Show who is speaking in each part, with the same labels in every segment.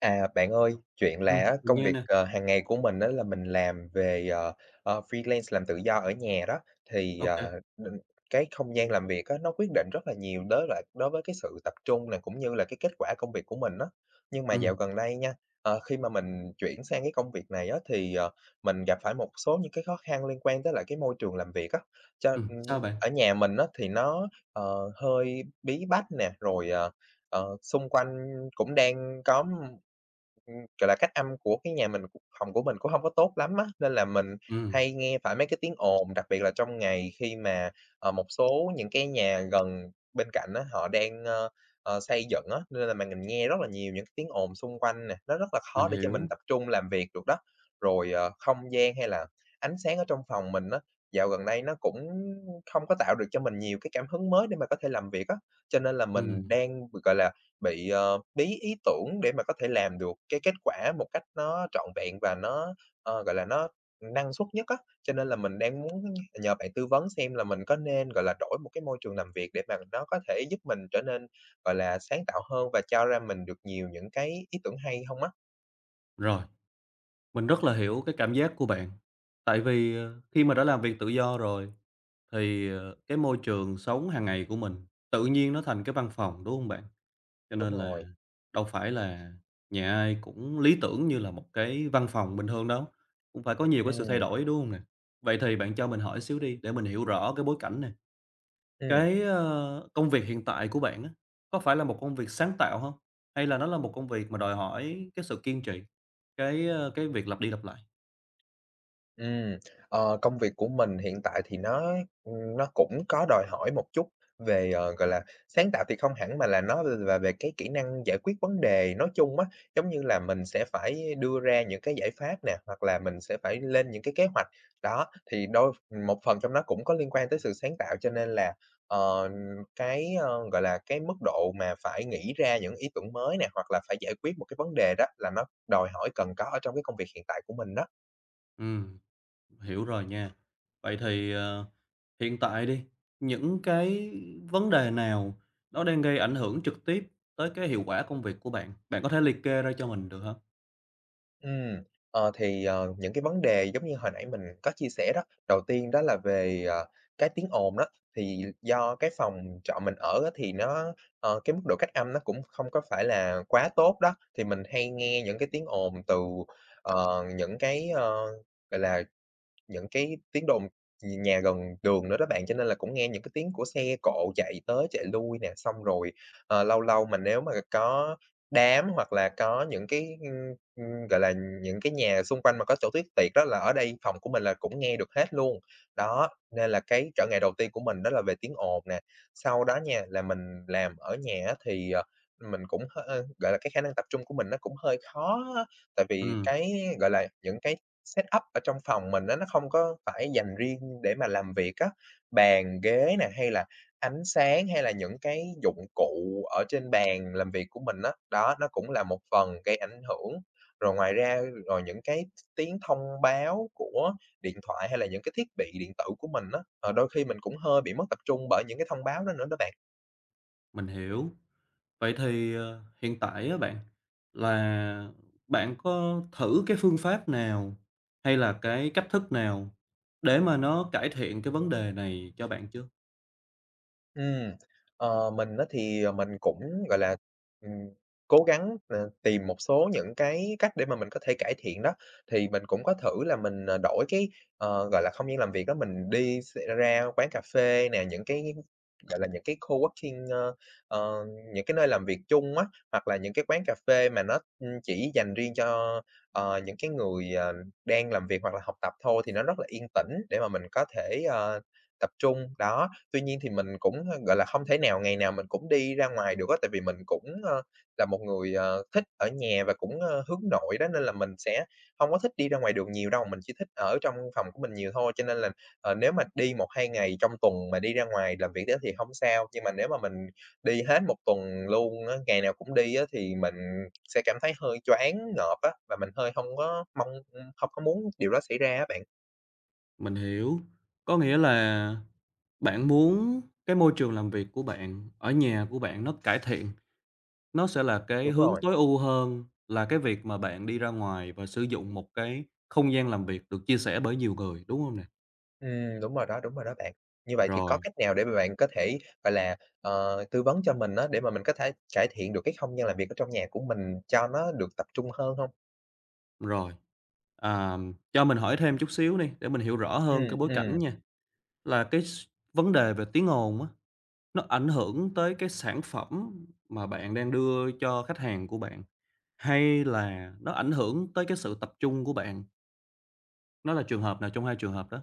Speaker 1: À, bạn ơi, chuyện là á,
Speaker 2: Mình
Speaker 1: công
Speaker 2: nghe
Speaker 1: việc,
Speaker 2: nè.
Speaker 1: hàng ngày của mình đó là mình làm về, freelance, làm tự do ở nhà đó, thì,
Speaker 2: Ô kê.
Speaker 1: mình cái không gian làm việc á, nó quyết định rất là nhiều đối với cái sự tập trung nè, cũng như là cái kết quả công việc của mình đó. Nhưng mà dạo
Speaker 2: Ừm,
Speaker 1: gần đây nha, khi mà mình chuyển sang cái công việc này á, thì, mình gặp phải một số những cái khó khăn liên quan tới lại cái môi trường làm việc á. Cho
Speaker 2: sao bạn?
Speaker 1: ở nhà mình á thì nó, hơi bí bách nè, rồi, xung quanh cũng đang có. Ừm, Gọi là, cách âm của cái nhà mình cũng phòng của mình cũng hông có tốt lắm á, nên là mình
Speaker 2: Ừm,
Speaker 1: hay nghe phải mấy cái tiếng ồn, đặc biệt là trong ngày khi mà, một số những cái nhà gần bên cạnh á, họ đang, xây dựng á, nên là mà mình nghe rất là nhiều những cái tiếng ồn xung quanh nè, nó rất là
Speaker 2: mình
Speaker 1: khó để cho mình
Speaker 2: hiểu.
Speaker 1: tập trung làm việc được đó. Rồi, không gian hay là ánh sáng ở trong phòng mình á, dạo gần đây nó cũng không có tạo được cho mình nhiều cái cảm hứng mới để mà có thể làm việc á, cho nên là mình
Speaker 2: Ừm,
Speaker 1: đang, gọi là bị, bí ý tưởng để mà có thể làm được cái kết quả một cách nó trọn vẹn và nó, gọi là, nó năng suất nhất á. Cho nên là mình đang muốn nhờ bạn tư vấn xem là mình có nên, gọi là, đổi một cái môi trường làm việc để mà nó có thể giúp mình trở nên, gọi là, sáng tạo hơn và cho ra mình được nhiều những cái ý tưởng hay không á?
Speaker 2: rồi, mình rất là hiểu cái cảm giác của bạn. Tại vì, khi mà đã làm việc tự do rồi thì, cái môi trường sống hàng ngày của mình tự nhiên nó thành cái văn phòng, đúng hông bạn? Cho
Speaker 1: Đúng
Speaker 2: nên
Speaker 1: rồi,
Speaker 2: là đâu phải là nhà ai cũng lý tưởng như là một cái văn phòng bình thường đâu, cũng phải có nhiều cái
Speaker 1: ừ,
Speaker 2: sự thay đổi, đúng hông nè? Vậy thì bạn cho mình hỏi xíu đi để mình hiểu rõ cái bối cảnh nè.
Speaker 1: ừ.
Speaker 2: Cái, công việc hiện tại của bạn á, có phải là một công việc sáng tạo không? Hay là nó là một công việc mà đòi hỏi cái sự kiên trì, cái, cái việc lặp đi lặp lại?
Speaker 1: Ừm, công việc của mình hiện tại thì nó cũng có đòi hỏi một chút về, gọi là, sáng tạo thì không hẳn mà là nó là về cái kỹ năng giải quyết vấn đề nói chung á. Giống như là mình sẽ phải đưa ra những cái giải pháp nè, hoặc là mình sẽ phải lên những cái kế hoạch. Đó, thì một phần trong nó cũng có liên quan tới sự sáng tạo, cho nên là, ờ, cái, gọi là, cái mức độ mà phải nghĩ ra những ý tưởng mới nè, hoặc là phải giải quyết một cái vấn đề đó là nó đòi hỏi cần có ở trong cái công việc hiện tại của mình đó.
Speaker 2: Ừm, hiểu rồi nha. Vậy thì, hiện tại đi, những cái vấn đề nào nó đang gây ảnh hưởng trực tiếp tới cái hiệu quả công việc của bạn? Bạn có thể liệt kê ra cho mình được không?
Speaker 1: Ừm, thì, những cái vấn đề giống như hồi nãy mình có chia sẻ đó, đầu tiên đó là về, cái tiếng ồn đó, thì do cái phòng trọ mình ở á thì nó, cái mức độ cách âm nó cũng không có phải là quá tốt đó, thì mình hay nghe những cái tiếng ồn từ, những cái, gọi là những cái tiếng đồn nhà gần đường nữa đó bạn, cho nên là cũng nghe những cái tiếng của xe cộ chạy tới chạy lui nè. Xong rồi, lâu lâu mà nếu mà có đám hoặc là có những cái, ưm, ưm, gọi là, những cái nhà xung quanh mà có chỗ tiếc tiệc đó là ở đây phòng của mình là cũng nghe được hết luôn. Đó, nên là cái trở ngại đầu tiên của mình đó là về tiếng ồn nè. Sau đó nha, là mình làm ở nhà á thì, mình cũng gọi là, cái khả năng tập trung của mình nó cũng hơi khó á, tại vì
Speaker 2: Ừm,
Speaker 1: cái, gọi là, những cái setup ở trong phòng mình á, nó không có phải dành riêng để mà làm việc á. Bàn ghế nè, hay là ánh sáng, hay là những cái dụng cụ ở trên bàn làm việc của mình á, đó, nó cũng là một phần gây ảnh hưởng. Rồi ngoài ra rồi những cái tiếng thông báo của điện thoại hay là những cái thiết bị điện tử của mình á, đôi khi mình cũng hơi bị mất tập trung bởi những cái thông báo đó nữa đó bạn.
Speaker 2: mình hiểu. Vậy thì, hiện tại á bạn, là bạn có thử cái phương pháp nào hay là cái cách thức nào để mà nó cải thiện cái vấn đề này cho bạn chưa?
Speaker 1: Ừm, mình á thì, mình cũng, gọi là, ừm, cố gắng, tìm một số những cái cách để mà mình có thể cải thiện đó. Thì mình cũng có thử là mình, đổi cái, gọi là, không gian làm việc đó, mình đi ra quán cà phê nè, những cái, gọi là, những cái co-working, ờ, những cái nơi làm việc chung á, hoặc là những cái quán cà phê mà nó, chỉ dành riêng cho, những cái người, đang làm việc hoặc là học tập thôi thì nó rất là yên tĩnh để mà mình có thể, tập trung. Đó, tuy nhiên thì mình cũng, gọi là, không thể nào ngày nào mình cũng đi ra ngoài được á, tại vì mình cũng, là một người, thích ở nhà và cũng, hướng nội đó, nên là mình sẽ hông có thích đi ra ngoài đường nhiều đâu, mình chỉ thích ở trong phòng của mình nhiều thôi. Cho nên là, nếu mà đi một hai ngày trong tuần mà đi ra ngoài làm việc á thì hông sao, nhưng mà nếu mà mình đi hết một tuần luôn á, ngày nào cũng đi á thì mình sẽ cảm thấy hơi choáng ngợp á, và mình hơi hông có hông có muốn điều đó xảy ra á bạn.
Speaker 2: Mình hiểu, có nghĩa là bạn muốn cái môi trường làm việc của bạn, ở nhà của bạn nó cải thiện, nó sẽ là cái
Speaker 1: Đúng
Speaker 2: hướng
Speaker 1: rồi.
Speaker 2: tối ưu hơn là cái việc mà bạn đi ra ngoài và sử dụng một cái không gian làm việc được chia sẻ bởi nhiều người, đúng không nè?
Speaker 1: Đúng rồi đó bạn. Như vậy thì có
Speaker 2: Rồi,
Speaker 1: cách nào để mà bạn có thể, gọi là, tư vấn cho mình á, để mà mình có thể cải thiện được cái không gian làm việc ở trong nhà của mình cho nó được tập trung hơn hông?
Speaker 2: rồi. À, cho mình hỏi thêm chút xíu đi để mình hiểu rõ hơn
Speaker 1: Ừm,
Speaker 2: cái bối
Speaker 1: ừm.
Speaker 2: cảnh nha, là cái vấn đề về tiếng ồn á, nó ảnh hưởng tới cái sản phẩm mà bạn đang đưa cho khách hàng của bạn, hay là nó ảnh hưởng tới cái sự tập trung của bạn? Nó là trường hợp nào trong hai trường hợp đó?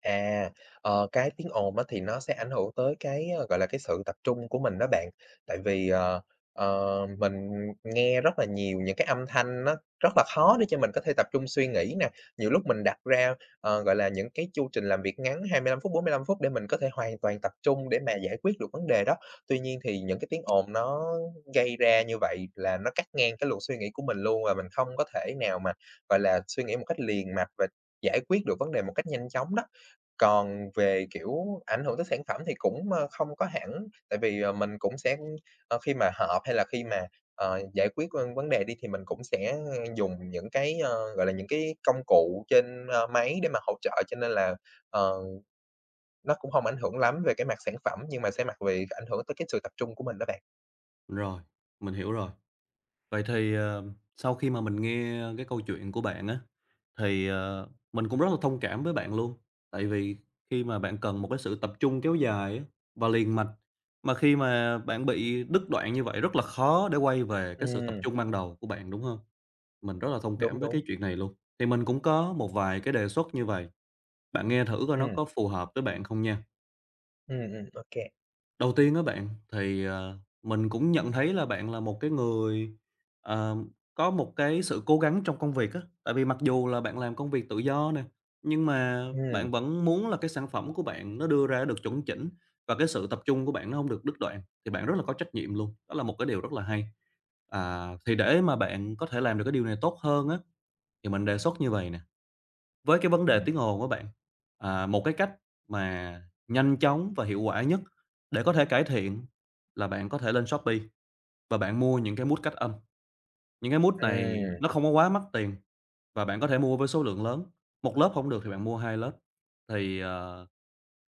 Speaker 1: À, cái tiếng ồn á thì nó sẽ ảnh hưởng tới cái, gọi là, cái sự tập trung của mình đó bạn. Tại vì, mình nghe rất là nhiều những cái âm thanh nó rất là khó để cho mình có thể tập trung suy nghĩ nè. Nhiều lúc mình đặt ra, gọi là, những cái chu trình làm việc ngắn 25 phút, 45 phút để mình có thể hoàn toàn tập trung để mà giải quyết được vấn đề đó. Tuy nhiên thì những cái tiếng ồn nó gây ra như vậy là nó cắt ngang cái luồng suy nghĩ của mình luôn, và mình không có thể nào mà, gọi là, suy nghĩ một cách liền mạch và giải quyết được vấn đề một cách nhanh chóng đó. Còn về, kiểu, ảnh hưởng tới sản phẩm thì cũng, không có hẳn, tại vì, mình cũng sẽ, khi mà họp hay là khi mà, giải quyết, vấn đề đi thì mình cũng sẽ, dùng những cái, gọi là, những cái công cụ trên, máy để mà hỗ trợ, cho nên là, ờ, nó cũng hông ảnh hưởng lắm về cái mặt sản phẩm, nhưng mà sẽ mặt về ảnh hưởng tới cái sự tập trung của mình đó bạn.
Speaker 2: Rồi, mình hiểu rồi. Vậy thì, sau khi mà mình nghe cái câu chuyện của bạn á, thì, mình cũng rất là thông cảm với bạn luôn, tại vì khi mà bạn cần một cái sự tập trung kéo dài á, và liền mạch, mà khi mà bạn bị đứt đoạn như vậy rất là khó để quay về cái sự tập
Speaker 1: Ừm,
Speaker 2: trung ban đầu của bạn, đúng không? Mình rất là thông cảm
Speaker 1: đúng,
Speaker 2: với cái
Speaker 1: đúng.
Speaker 2: chuyện này luôn. Thì mình cũng có một vài cái đề xuất như vậy, bạn nghe thử coi nó
Speaker 1: Ừm,
Speaker 2: có phù hợp với bạn không nha.
Speaker 1: ô kê.
Speaker 2: Đầu tiên á bạn, thì, mình cũng nhận thấy là bạn là một cái người, ờ, có một cái sự cố gắng trong công việc á. Tại vì mặc dù là bạn làm công việc tự do nè, nhưng mà bạn
Speaker 1: Ừm,
Speaker 2: vẫn muốn là cái sản phẩm của bạn nó đưa ra được chuẩn chỉnh và cái sự tập trung của bạn nó không được đứt đoạn, thì bạn rất là có trách nhiệm luôn, đó là một cái điều rất là hay. À, thì để mà bạn có thể làm được cái điều này tốt hơn á, thì mình đề xuất như vậy nè, với cái vấn đề
Speaker 1: ừm,
Speaker 2: tiếng ồn á bạn, à, một cái cách mà nhanh chóng và hiệu quả nhất để có thể cải thiện là bạn có thể lên Shopee và bạn mua những cái mút cách âm. Những cái mút này
Speaker 1: ừm.
Speaker 2: nó không có quá mắc tiền và bạn có thể mua với số lượng lớn, một lớp không được thì bạn mua 2 lớp. Thì,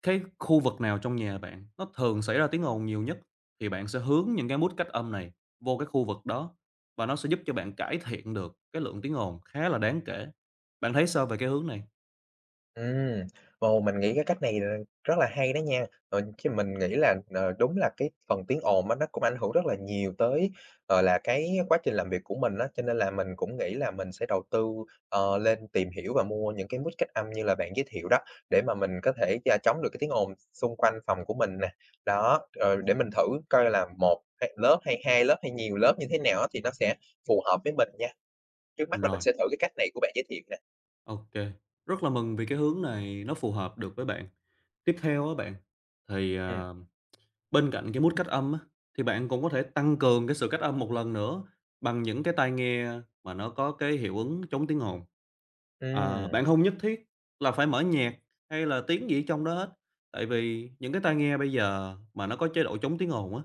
Speaker 2: cái khu vực nào trong nhà bạn nó thường xảy ra tiếng ồn nhiều nhất thì bạn sẽ hướng những cái mút cách âm này vô cái khu vực đó và nó sẽ giúp cho bạn cải thiện được cái lượng tiếng ồn khá là đáng kể. Bạn thấy sao về cái hướng này?
Speaker 1: Ừm, ồ, mình nghĩ cái cách này là rất là hay đó nha. Ờ, Chứ mình nghĩ là, đúng là cái phần tiếng ồn á, nó cũng ảnh hưởng rất là nhiều tới, gọi là, cái quá trình làm việc của mình á, cho nên là mình cũng nghĩ là mình sẽ đầu tư, lên tìm hiểu và mua những cái mic cách âm như là bạn giới thiệu đó, để mà mình có thể chống được cái tiếng ồn xung quanh phòng của mình nè. Đó, để mình thử coi là một hay lớp hay 2 lớp hay nhiều lớp như thế nào á, thì nó sẽ phù hợp với mình nha. Trước mắt là mình
Speaker 2: Rồi.
Speaker 1: sẽ thử cái cách này của bạn giới thiệu nè.
Speaker 2: OK, rất là mừng vì cái hướng này nó phù hợp được với bạn. Tiếp theo á bạn, thì,
Speaker 1: Ừm,
Speaker 2: bên cạnh cái mút cách âm á, thì bạn cũng có thể tăng cường cái sự cách âm một lần nữa bằng những cái tai nghe mà nó có cái hiệu ứng chống tiếng ồn. Ờ,
Speaker 1: ừm,
Speaker 2: bạn không nhất thiết là phải mở nhạc hay là tiếng gì trong đó hết, tại vì những cái tai nghe bây giờ mà nó có chế độ chống tiếng ồn á,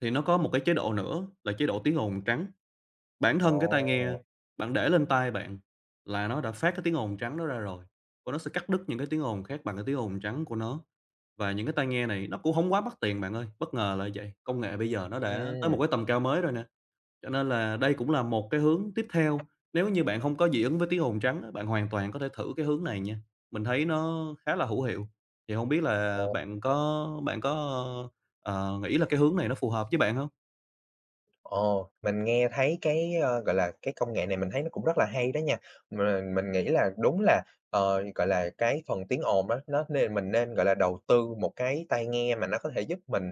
Speaker 2: thì nó có một cái chế độ nữa là chế độ tiếng ồn trắng. Bản thân cái tai nghe
Speaker 1: ồ.
Speaker 2: bạn để lên tai bạn là nó đã phát cái tiếng ồn trắng đó ra rồi, và nó sẽ cắt đứt những cái tiếng ồn khác bằng cái tiếng ồn trắng của nó. Và những cái tai nghe này nó cũng không quá mắc tiền bạn ơi, bất ngờ là vậy. Công nghệ bây giờ nó đã tới một
Speaker 1: Ừm,
Speaker 2: cái tầm cao mới rồi nè, cho nên là đây cũng là một cái hướng tiếp theo. Nếu như bạn không có dị ứng với tiếng ồn trắng á, bạn hoàn toàn có thể thử cái hướng này nha, mình thấy nó khá là hữu hiệu. Thì không biết
Speaker 1: ồ,
Speaker 2: là bạn có nghĩ là cái hướng này nó phù hợp với bạn không?
Speaker 1: ồ, mình nghe thấy cái, gọi là, cái công nghệ này mình thấy nó cũng rất là hay đó nha. Mà mình nghĩ là đúng là, gọi là, cái phần tiếng ồn á, nó nên mình nên, gọi là, đầu tư một cái tai nghe mà nó có thể giúp mình,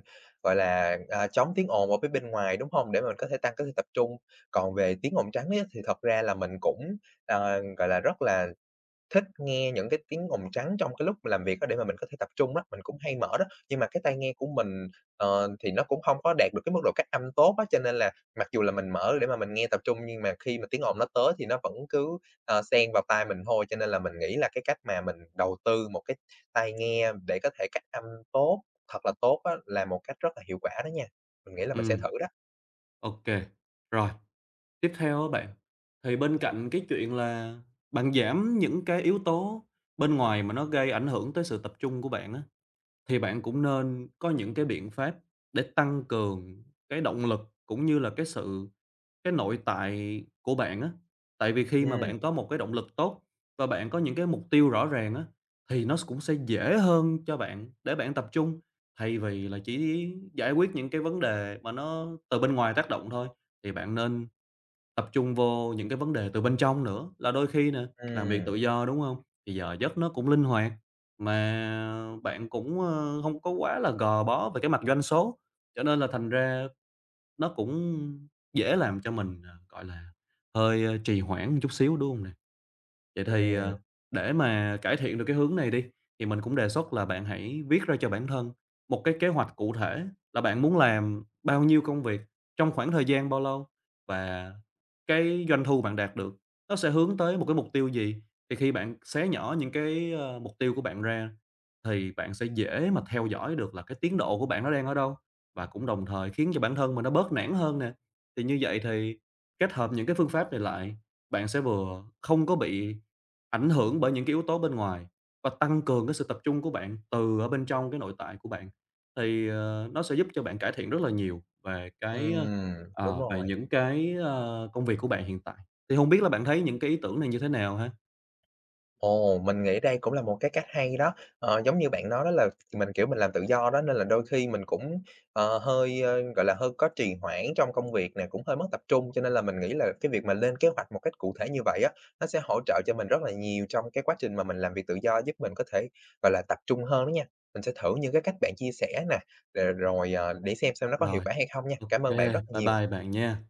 Speaker 1: gọi là, à, chống tiếng ồn ở phía bên ngoài, đúng hông? Để mà mình có thể tăng cái sự tập trung. Còn về tiếng ồn trắng á, thì thật ra là mình cũng, gọi là, rất là thích nghe những cái tiếng ồn trắng trong cái lúc mà làm việc á để mà mình có thể tập trung á, mình cũng hay mở đó. Nhưng mà cái tai nghe của mình, thì nó cũng không có đạt được cái mức độ cách âm tốt á, cho nên là mặc dù là mình mở để mà mình nghe tập trung nhưng mà khi mà tiếng ồn nó tới thì nó vẫn cứ, xen vào tai mình thôi. Cho nên là mình nghĩ là cái cách mà mình đầu tư một cái tai nghe để có thể cách âm tốt, thật là tốt á, là một cách rất là hiệu quả đó nha. Mình nghĩ là mình sẽ
Speaker 2: Ừ,
Speaker 1: thử đó.
Speaker 2: ok. Rồi. Tiếp theo á bạn, thì bên cạnh cái chuyện là bạn giảm những cái yếu tố bên ngoài mà nó gây ảnh hưởng tới sự tập trung của bạn á, thì bạn cũng nên có những cái biện pháp để tăng cường cái động lực cũng như là cái nội tại của bạn á. Tại vì khi mà
Speaker 1: Ừm,
Speaker 2: bạn có một cái động lực tốt và bạn có những cái mục tiêu rõ ràng á, thì nó cũng sẽ dễ hơn cho bạn để bạn tập trung, thay vì là chỉ giải quyết những cái vấn đề mà nó từ bên ngoài tác động thôi. Thì bạn nên tập trung vô những cái vấn đề từ bên trong nữa, là đôi khi nè, làm việc
Speaker 1: ừm,
Speaker 2: tự do, đúng không? Thì giờ giấc nó cũng linh hoạt, mà bạn cũng, hông có quá là gò bó về cái mặt doanh số, cho nên là thành ra nó cũng dễ làm cho mình, hơi trì hoãn một chút xíu, đúng không nè? Vậy thì,
Speaker 1: ừm,
Speaker 2: để mà cải thiện được cái hướng này đi, thì mình cũng đề xuất là bạn hãy viết ra cho bản thân một cái kế hoạch cụ thể là bạn muốn làm bao nhiêu công việc, trong khoảng thời gian bao lâu và cái doanh thu bạn đạt được nó sẽ hướng tới một cái mục tiêu gì. Thì khi bạn xé nhỏ những cái, mục tiêu của bạn ra thì bạn sẽ dễ mà theo dõi được là cái tiến độ của bạn nó đang ở đâu, và cũng đồng thời khiến cho bản thân mình nó bớt nản hơn nè. Thì như vậy thì kết hợp những cái phương pháp này lại, bạn sẽ vừa không có bị ảnh hưởng bởi những cái yếu tố bên ngoài và tăng cường cái sự tập trung của bạn từ ở bên trong cái nội tại của bạn. Thì, nó sẽ giúp cho bạn cải thiện rất là nhiều về
Speaker 1: ừm, đúng
Speaker 2: về
Speaker 1: rồi.
Speaker 2: những cái, công việc của bạn hiện tại. Thì không biết là bạn thấy những cái ý tưởng này như thế nào ha?
Speaker 1: Ồ, mình nghĩ đây cũng là một cái cách hay đó. Ờ, Giống như bạn nói đó là mình, kiểu, mình làm tự do đó nên là đôi khi mình cũng, hơi, gọi là, hơi có trì hoãn trong công việc nè, cũng hơi mất tập trung, cho nên là mình nghĩ là cái việc mà lên kế hoạch một cách cụ thể như vậy á, nó sẽ hỗ trợ cho mình rất là nhiều trong cái quá trình mà mình làm việc tự do, giúp mình có thể, gọi là, tập trung hơn đó nha. Mình sẽ thử những cái cách bạn chia sẻ nè, rồi rồi, để xem nó có hiệu
Speaker 2: Rồi,
Speaker 1: quả hay không nha.
Speaker 2: ok,
Speaker 1: Cảm ơn bạn rất
Speaker 2: bye
Speaker 1: là nhiều.
Speaker 2: bye bạn nha.